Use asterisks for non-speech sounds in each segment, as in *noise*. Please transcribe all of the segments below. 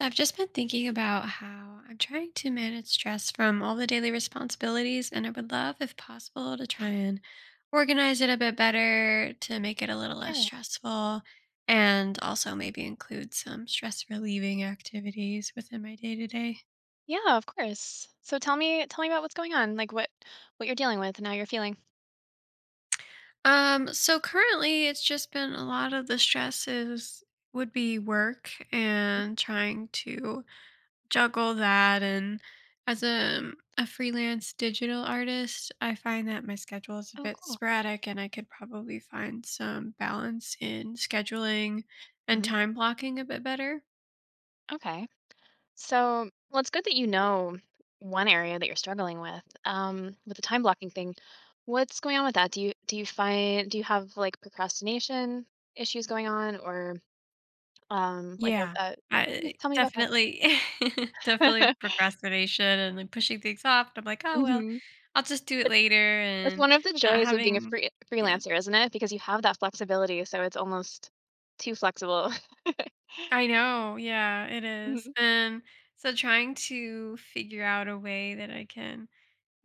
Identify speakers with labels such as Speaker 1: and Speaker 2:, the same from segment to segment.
Speaker 1: I've just been thinking about how I'm trying to manage stress from all the daily responsibilities, and I would love, if possible, to try and organize it a bit better to make it a little less
Speaker 2: Sure.
Speaker 1: stressful and also maybe include some stress relieving activities within my day to day.
Speaker 2: Yeah, of course. So tell me about what's going on, like what you're dealing with and how you're feeling.
Speaker 1: So currently it's just been a lot of the stresses would be work and trying to juggle that and as a freelance digital artist, I find that my schedule is a
Speaker 2: Oh,
Speaker 1: bit
Speaker 2: cool.
Speaker 1: sporadic and I could probably find some balance in scheduling and
Speaker 2: Hmm.
Speaker 1: time blocking a bit better.
Speaker 2: Okay. So, well, it's good that you know one area that you're struggling with. With the time blocking thing, what's going on with that? Do you find do you have like procrastination issues going on, or like
Speaker 1: Yeah,
Speaker 2: a okay,
Speaker 1: I
Speaker 2: tell me about that.
Speaker 1: definitely *laughs* definitely
Speaker 2: *laughs*
Speaker 1: procrastination and like pushing things off. And I'm like, oh, well,
Speaker 2: Hmm.
Speaker 1: I'll just do it
Speaker 2: It's
Speaker 1: later
Speaker 2: it's
Speaker 1: and
Speaker 2: one of the
Speaker 1: not
Speaker 2: joys of being a
Speaker 1: having, yeah.
Speaker 2: freelancer, isn't it? Because you have that flexibility, so it's almost too flexible.
Speaker 1: I know, yeah, it is.
Speaker 2: *laughs*
Speaker 1: And so trying to figure out a way that I can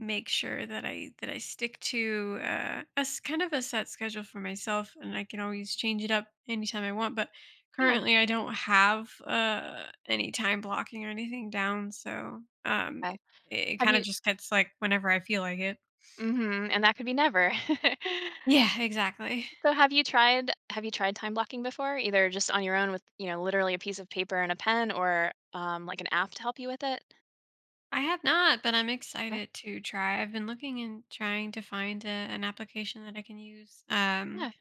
Speaker 1: make sure that I stick to a kind of a set schedule for myself, and I can always change it up anytime I want. But
Speaker 2: Mhm.
Speaker 1: currently, I don't have any time blocking or anything down, so
Speaker 2: Okay.
Speaker 1: it, it
Speaker 2: Have
Speaker 1: kind
Speaker 2: you
Speaker 1: of just gets like whenever I feel like it.
Speaker 2: Mhm, and that could be never. *laughs*
Speaker 1: Yeah, exactly.
Speaker 2: So have you tried time blocking before? Either just on your own with, you know, literally a piece of paper and a pen, or, like, an app to help you with it?
Speaker 1: I have not, but I'm
Speaker 2: Okay.
Speaker 1: excited to try. I've been looking and trying to find an application that I can use
Speaker 2: Yeah.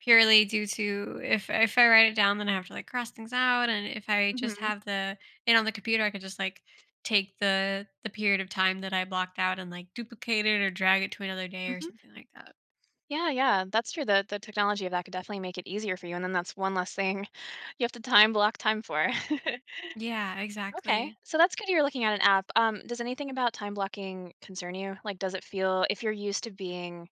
Speaker 1: purely due to if I write it down, then I have to, like, cross things out, and if I just
Speaker 2: Mhm.
Speaker 1: have the it on the computer, I could just, like, take the period of time that I blocked out and, like, duplicate it or drag it to another day or
Speaker 2: Mhm.
Speaker 1: something like that.
Speaker 2: Yeah, yeah, that's true. The technology of that could definitely make it easier for you, and then that's one less thing *laughs* you have to time block time for. *laughs*
Speaker 1: Yeah,
Speaker 2: Okay,
Speaker 1: exactly.
Speaker 2: so that's good you're looking at an app. Does anything about time blocking concern you? Like, does it feel if you're used to being,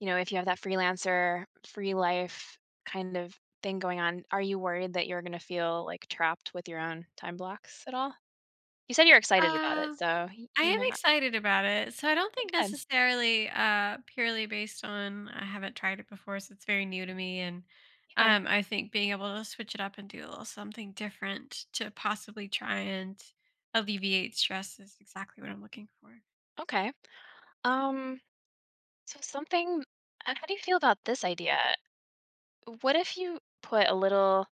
Speaker 2: you know, if you have that freelancer, free life kind of thing going on, are you worried that you're going to feel like trapped with your own time blocks at all? You said you're excited about it,
Speaker 1: Uh
Speaker 2: so
Speaker 1: I
Speaker 2: you
Speaker 1: am
Speaker 2: might not.
Speaker 1: excited about it. So I don't
Speaker 2: Okay,
Speaker 1: think
Speaker 2: good.
Speaker 1: necessarily purely based on I haven't tried it before, so it's very new to me and
Speaker 2: Yeah.
Speaker 1: I think being able to switch it up and do a little something different to possibly try and alleviate stress is exactly what I'm looking for.
Speaker 2: Okay. Um. So something. How do you feel about this idea? What if you put a little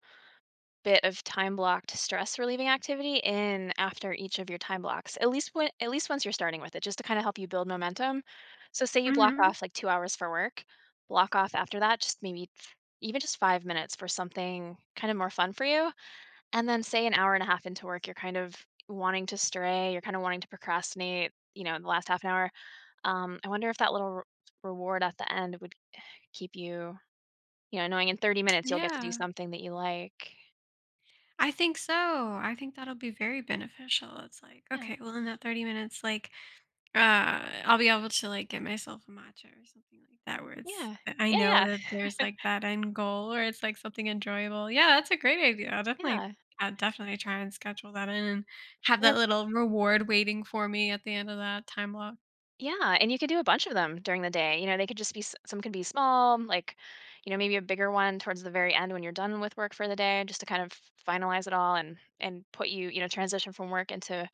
Speaker 2: bit of time blocked stress relieving activity in after each of your time blocks, at least once you're starting with it, just to kind of help you build momentum. So say you block
Speaker 1: Mhm.
Speaker 2: off like 2 hours for work, block off after that just even just 5 minutes for something kind of more fun for you, and then say an hour and a half into work you're kind of wanting to stray, you're kind of wanting to procrastinate, you know, the last half an hour. Um, I wonder if that little reward at the end would keep you, you know, knowing in 30 minutes you'll get to do
Speaker 1: Yeah,
Speaker 2: something that you like.
Speaker 1: I think so. I think that'll be very beneficial. It's like,
Speaker 2: Yeah.
Speaker 1: okay, well, in that 30 minutes, like, I'll be able to like get myself a matcha or something like that, where it's,
Speaker 2: Yeah.
Speaker 1: I
Speaker 2: Yeah,
Speaker 1: know
Speaker 2: yeah,
Speaker 1: that there's like that end goal or it's like something enjoyable. Yeah, that's a great idea.
Speaker 2: yeah,
Speaker 1: I'll definitely try and schedule that in and have
Speaker 2: and
Speaker 1: that
Speaker 2: it's
Speaker 1: little reward waiting for me at the end of that time block.
Speaker 2: yeah, and you could do a bunch of them during the day, you know, they could just be s some can be small, like, you know, maybe a bigger one towards the very end when you're done with work for the day just to kind of finalize it all and put you, you know, transition from work into,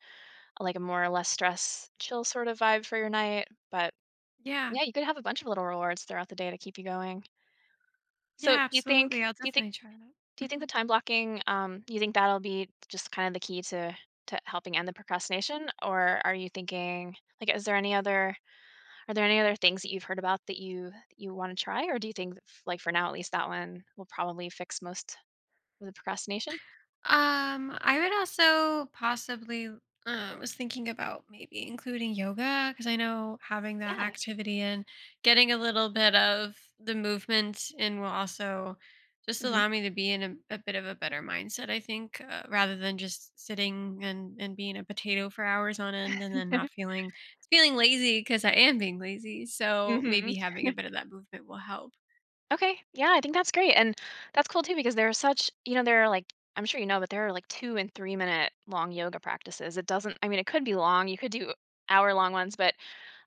Speaker 2: like, a more or less stress, chill sort of vibe for your night, but,
Speaker 1: Yeah.
Speaker 2: yeah, you could have a bunch of little rewards throughout the day to keep you going. So,
Speaker 1: Yeah,
Speaker 2: do you think
Speaker 1: absolutely. I'll
Speaker 2: do you think
Speaker 1: definitely try
Speaker 2: do
Speaker 1: that.
Speaker 2: you think the
Speaker 1: Mhm.
Speaker 2: time blocking, you think that'll be just kind of the key to helping end the procrastination? Or are you thinking like is there any other are there any other things that you've heard about that you want to try? Or do you think like for now at least that one will probably fix most of the procrastination?
Speaker 1: I would also possibly was thinking about maybe including yoga because I know having that
Speaker 2: Yeah.
Speaker 1: activity and getting a little bit of the movement and will also just
Speaker 2: Hmm.
Speaker 1: allow me to be in a bit of a better mindset. I think rather than just sitting and being a potato for hours on end and then not feeling lazy because I am being lazy. So maybe
Speaker 2: *laughs*
Speaker 1: having a bit of that movement will help.
Speaker 2: Okay. Yeah, I think that's great. And that's cool too because there are such, you know, there are like, I'm sure you know, but there are like 2 and 3 minute long yoga practices. It doesn't, I mean, it could be long. You could do hour long ones, but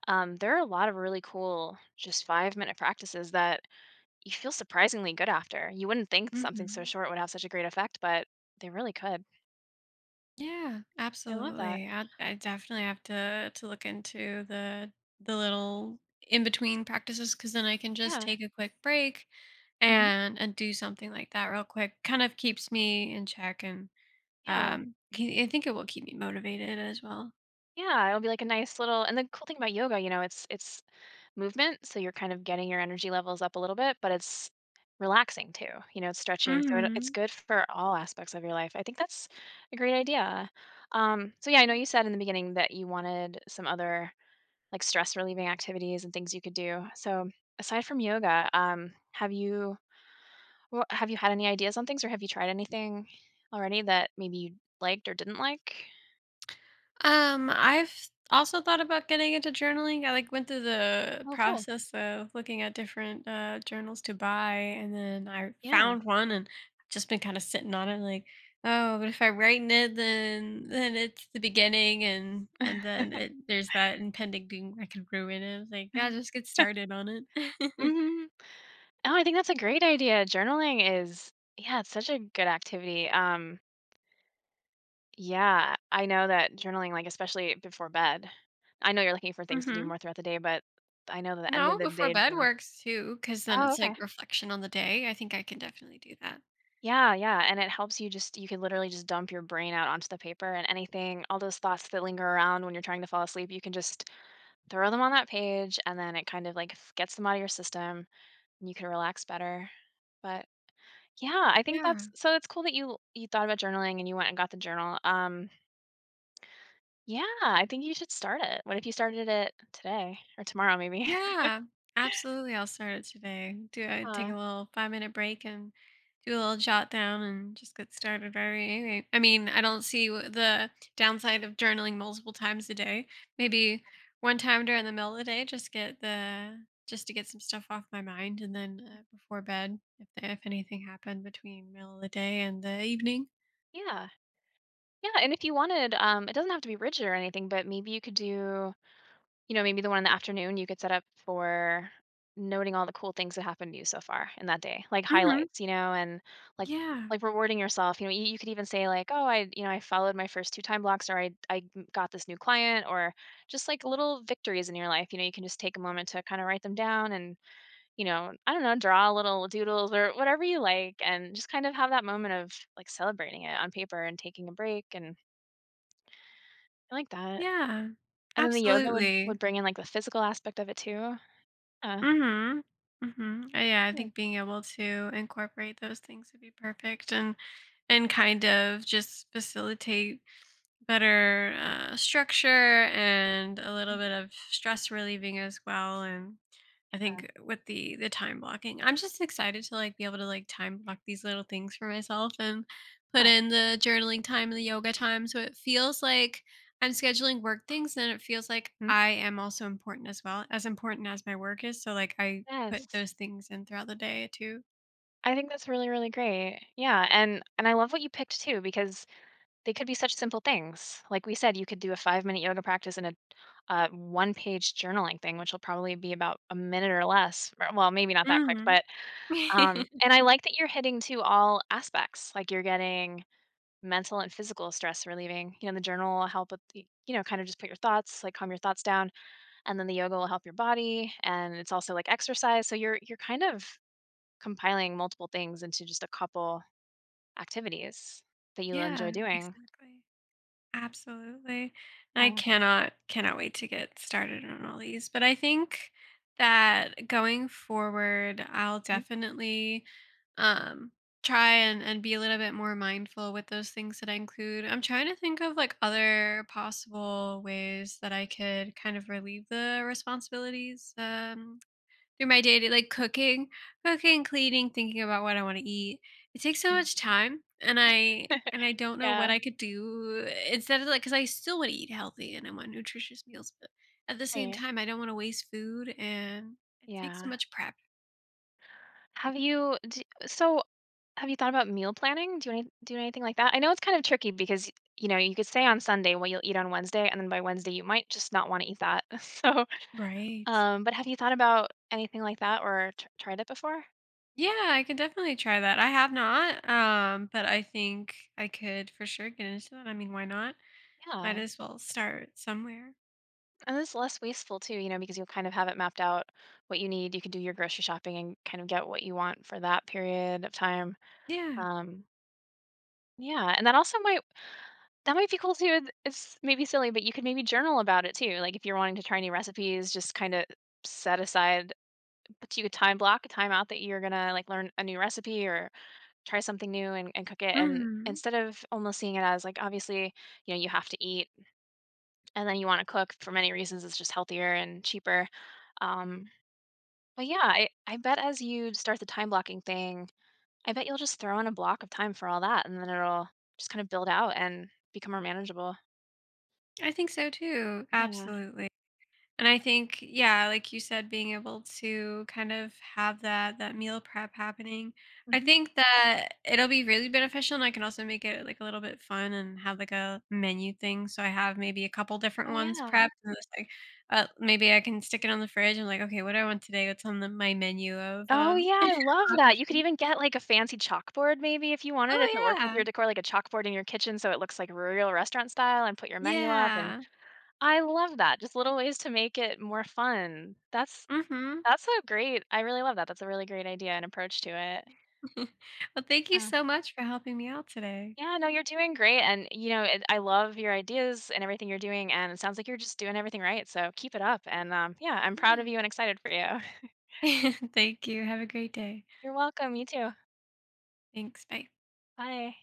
Speaker 2: there are a lot of really cool, just 5 minute practices that you feel surprisingly good after. You wouldn't think something so
Speaker 1: Hmm.
Speaker 2: short would have such a great effect, but they really could.
Speaker 1: Yeah,
Speaker 2: I love that.
Speaker 1: absolutely. I definitely have to look into the little in between practices because then I can just
Speaker 2: Yeah.
Speaker 1: take a quick break
Speaker 2: Hmm.
Speaker 1: and do something like that real quick. Kind of keeps me in check and
Speaker 2: Yeah.
Speaker 1: I think it will keep me motivated as well.
Speaker 2: Yeah. It'll be like a nice little, and the cool thing about yoga, you know, it's movement, so you're kind of getting your energy levels up a little bit, but it's relaxing too. You know, it's stretching, so it's
Speaker 1: Mhm.
Speaker 2: good for all aspects of your life. I think that's a great idea. So yeah, I know you said in the beginning that you wanted some other like stress relieving activities and things you could do. So aside from yoga, have you had any ideas on things, or have you tried anything already that maybe you liked or didn't like?
Speaker 1: I've also thought about getting into journaling. I like went through the
Speaker 2: Oh, cool.
Speaker 1: process of looking at different journals to buy and then I
Speaker 2: Yeah.
Speaker 1: found one and just been kind of sitting on it like, oh, but if I write in it then it's the beginning and then it there's that impending doom that could ruin it. I was like, yeah,
Speaker 2: *laughs*
Speaker 1: just get started on it. *laughs*
Speaker 2: Mhm. Oh, I think that's a great idea. Journaling is, yeah, it's such a good activity. Yeah, I know that journaling, like especially before bed. I know you're looking for things to do
Speaker 1: Mm-hmm.
Speaker 2: more throughout the day, but I know that the end of
Speaker 1: No,
Speaker 2: the
Speaker 1: before
Speaker 2: day
Speaker 1: bed
Speaker 2: journal.
Speaker 1: works too, because then
Speaker 2: Oh,
Speaker 1: it's
Speaker 2: okay.
Speaker 1: like reflection on the day. I think I can definitely do that.
Speaker 2: Yeah, yeah, and it helps you just you can literally just dump your brain out onto the paper and anything, all those thoughts that linger around when you're trying to fall asleep, you can just throw them on that page and then it kind of like gets them out of your system and you can relax better. But yeah, I think that's
Speaker 1: Yeah.
Speaker 2: so it's cool that you thought about journaling and you went and got the journal. Yeah, I think you should start it. What if you started it today or tomorrow maybe? *laughs*
Speaker 1: Yeah, absolutely. I'll start it today. Do I take
Speaker 2: Uh,
Speaker 1: a little 5-minute break and do a little jot down and just get started right away? I mean, I don't see the downside of journaling multiple times a day. Maybe one time during the middle of the day, just get the just to get some stuff off my mind, and then before bed, if anything happened between middle of the day and the evening.
Speaker 2: yeah. Yeah, and if you wanted, it doesn't have to be rigid or anything, but maybe you could do, you know, maybe the one in the afternoon you could set up for noting all the cool things that happened to you so far in that day, like
Speaker 1: Hmm.
Speaker 2: highlights, you know, and like
Speaker 1: Yeah,
Speaker 2: like rewarding yourself. You know, you could even say like, oh, I, you know, I followed my first two time blocks, or I got this new client, or just like little victories in your life. You know, you can just take a moment to kind of write them down, and you know, I don't know, draw little doodles or whatever you like, and just kind of have that moment of like celebrating it on paper and taking a break and. I like that.
Speaker 1: yeah,
Speaker 2: And then the yoga
Speaker 1: absolutely.
Speaker 2: would bring in like the physical aspect of it too. Uh,
Speaker 1: Mhm. Mhm. Yeah, I
Speaker 2: Good.
Speaker 1: think being able to incorporate those things would be perfect and kind of just facilitate better structure and a little
Speaker 2: Mm.
Speaker 1: bit of stress relieving as well and I think with the time blocking, I'm just excited to like be able to like time block these little things for myself and put
Speaker 2: Oh,
Speaker 1: in the journaling time and the yoga time. So it feels like I'm scheduling work things and it feels like
Speaker 2: mhm.
Speaker 1: I am also important as well, as important as my work is. So like I put
Speaker 2: Yes.
Speaker 1: those things in throughout the day too.
Speaker 2: I think that's really, really great. Yeah, and I love what you picked too because they could be such simple things. Like we said, you could do a five-minute yoga practice and a, one-page journaling thing, which will probably be about a minute or less. Well, maybe not that quick,
Speaker 1: Hmm.
Speaker 2: but
Speaker 1: *laughs*
Speaker 2: and I like that you're hitting to all aspects. Like you're getting mental and physical stress relieving. You know, the journal will help with the, you know, kind of just put your thoughts, like calm your thoughts down, and then the yoga will help your body, and it's also like exercise. So you're kind of compiling multiple things into just a couple activities that you'll enjoy
Speaker 1: Yeah,
Speaker 2: doing.
Speaker 1: exactly. Absolutely. I
Speaker 2: Yeah.
Speaker 1: cannot wait to get started on all these, but I think that going forward, I'll
Speaker 2: Mhm.
Speaker 1: definitely um try and be a little bit more mindful with those things that I include. I'm trying to think of like other possible ways that I could kind of relieve the responsibilities through my day to like cooking, cleaning, thinking about what I want to eat. It takes so much
Speaker 2: Mhm.
Speaker 1: time and I
Speaker 2: *laughs*
Speaker 1: don't know
Speaker 2: Yeah,
Speaker 1: what I could do instead of like cuz I still want to eat healthy and I want nutritious meals, but at the same
Speaker 2: right.
Speaker 1: time I don't want to waste food and it takes so
Speaker 2: Yeah.
Speaker 1: much prep.
Speaker 2: Have you d So, have you thought about meal planning? Do anything like that? I know it's kind of tricky because, you know, you could say on Sunday what you'll eat on Wednesday, and then by Wednesday, you might just not wanna eat that. *laughs* So,
Speaker 1: Right.
Speaker 2: but have you thought about anything like that or tr tried it before?
Speaker 1: Yeah, I could definitely try that. I have not, but I think I could for sure get into that. I mean, why not? Might
Speaker 2: Yeah.
Speaker 1: as well start somewhere.
Speaker 2: And it's less wasteful too, you know, because you'll kind of have it mapped out what you need. You can do your grocery shopping and kind of get what you want for that period of time.
Speaker 1: Yeah.
Speaker 2: Um, yeah, and that also might that might be cool too. It's maybe silly, but you could maybe journal about it too. Like if you're wanting to try new recipes, just kind of set aside, but you could time block a time out that you're gonna like learn a new recipe or try something new and cook it. And
Speaker 1: Hmm.
Speaker 2: instead of almost seeing it as like obviously, you know, you have to eat and then you want to cook for many reasons. It's just healthier and cheaper. Um, But yeah, I bet as you start the time blocking thing, I bet you'll just throw in a block of time for all that and then it'll just kind of build out and become more manageable.
Speaker 1: I think so too.
Speaker 2: Yeah.
Speaker 1: Absolutely. And I think, yeah, like you said, being able to kind of have that meal prep happening, I
Speaker 2: Hmm.
Speaker 1: think that it'll be really beneficial, and I can also make it like a little bit fun and have like a menu thing. So I have maybe a couple different
Speaker 2: Oh,
Speaker 1: ones
Speaker 2: yeah.
Speaker 1: prepped, and it's like maybe I can stick it on the fridge. I'm like, okay, what do I want today? What's on my menu of
Speaker 2: Oh, yeah. I love
Speaker 1: *laughs*
Speaker 2: that. You could
Speaker 1: options?
Speaker 2: even get like a fancy chalkboard maybe if you wanted, if it
Speaker 1: Oh,
Speaker 2: worked with
Speaker 1: yeah,
Speaker 2: your decor, like a chalkboard in your kitchen so it looks like real restaurant style and put your menu up. And
Speaker 1: yeah.
Speaker 2: I love that. Just little ways to make it more fun.
Speaker 1: Mm-hmm.
Speaker 2: That's so great. I really love that. That's a really great idea and approach to it.
Speaker 1: *laughs* Well, thank you so much for helping me out today.
Speaker 2: Yeah, no, you're doing great. And, you know, it, I love your ideas and everything you're doing. And it sounds like you're just doing everything right. So keep it up. And yeah, I'm proud of
Speaker 1: Yeah.
Speaker 2: you and excited for you. *laughs*
Speaker 1: *laughs* Thank you. Have a great day.
Speaker 2: You're welcome. You too.
Speaker 1: Thanks. Bye.
Speaker 2: Bye.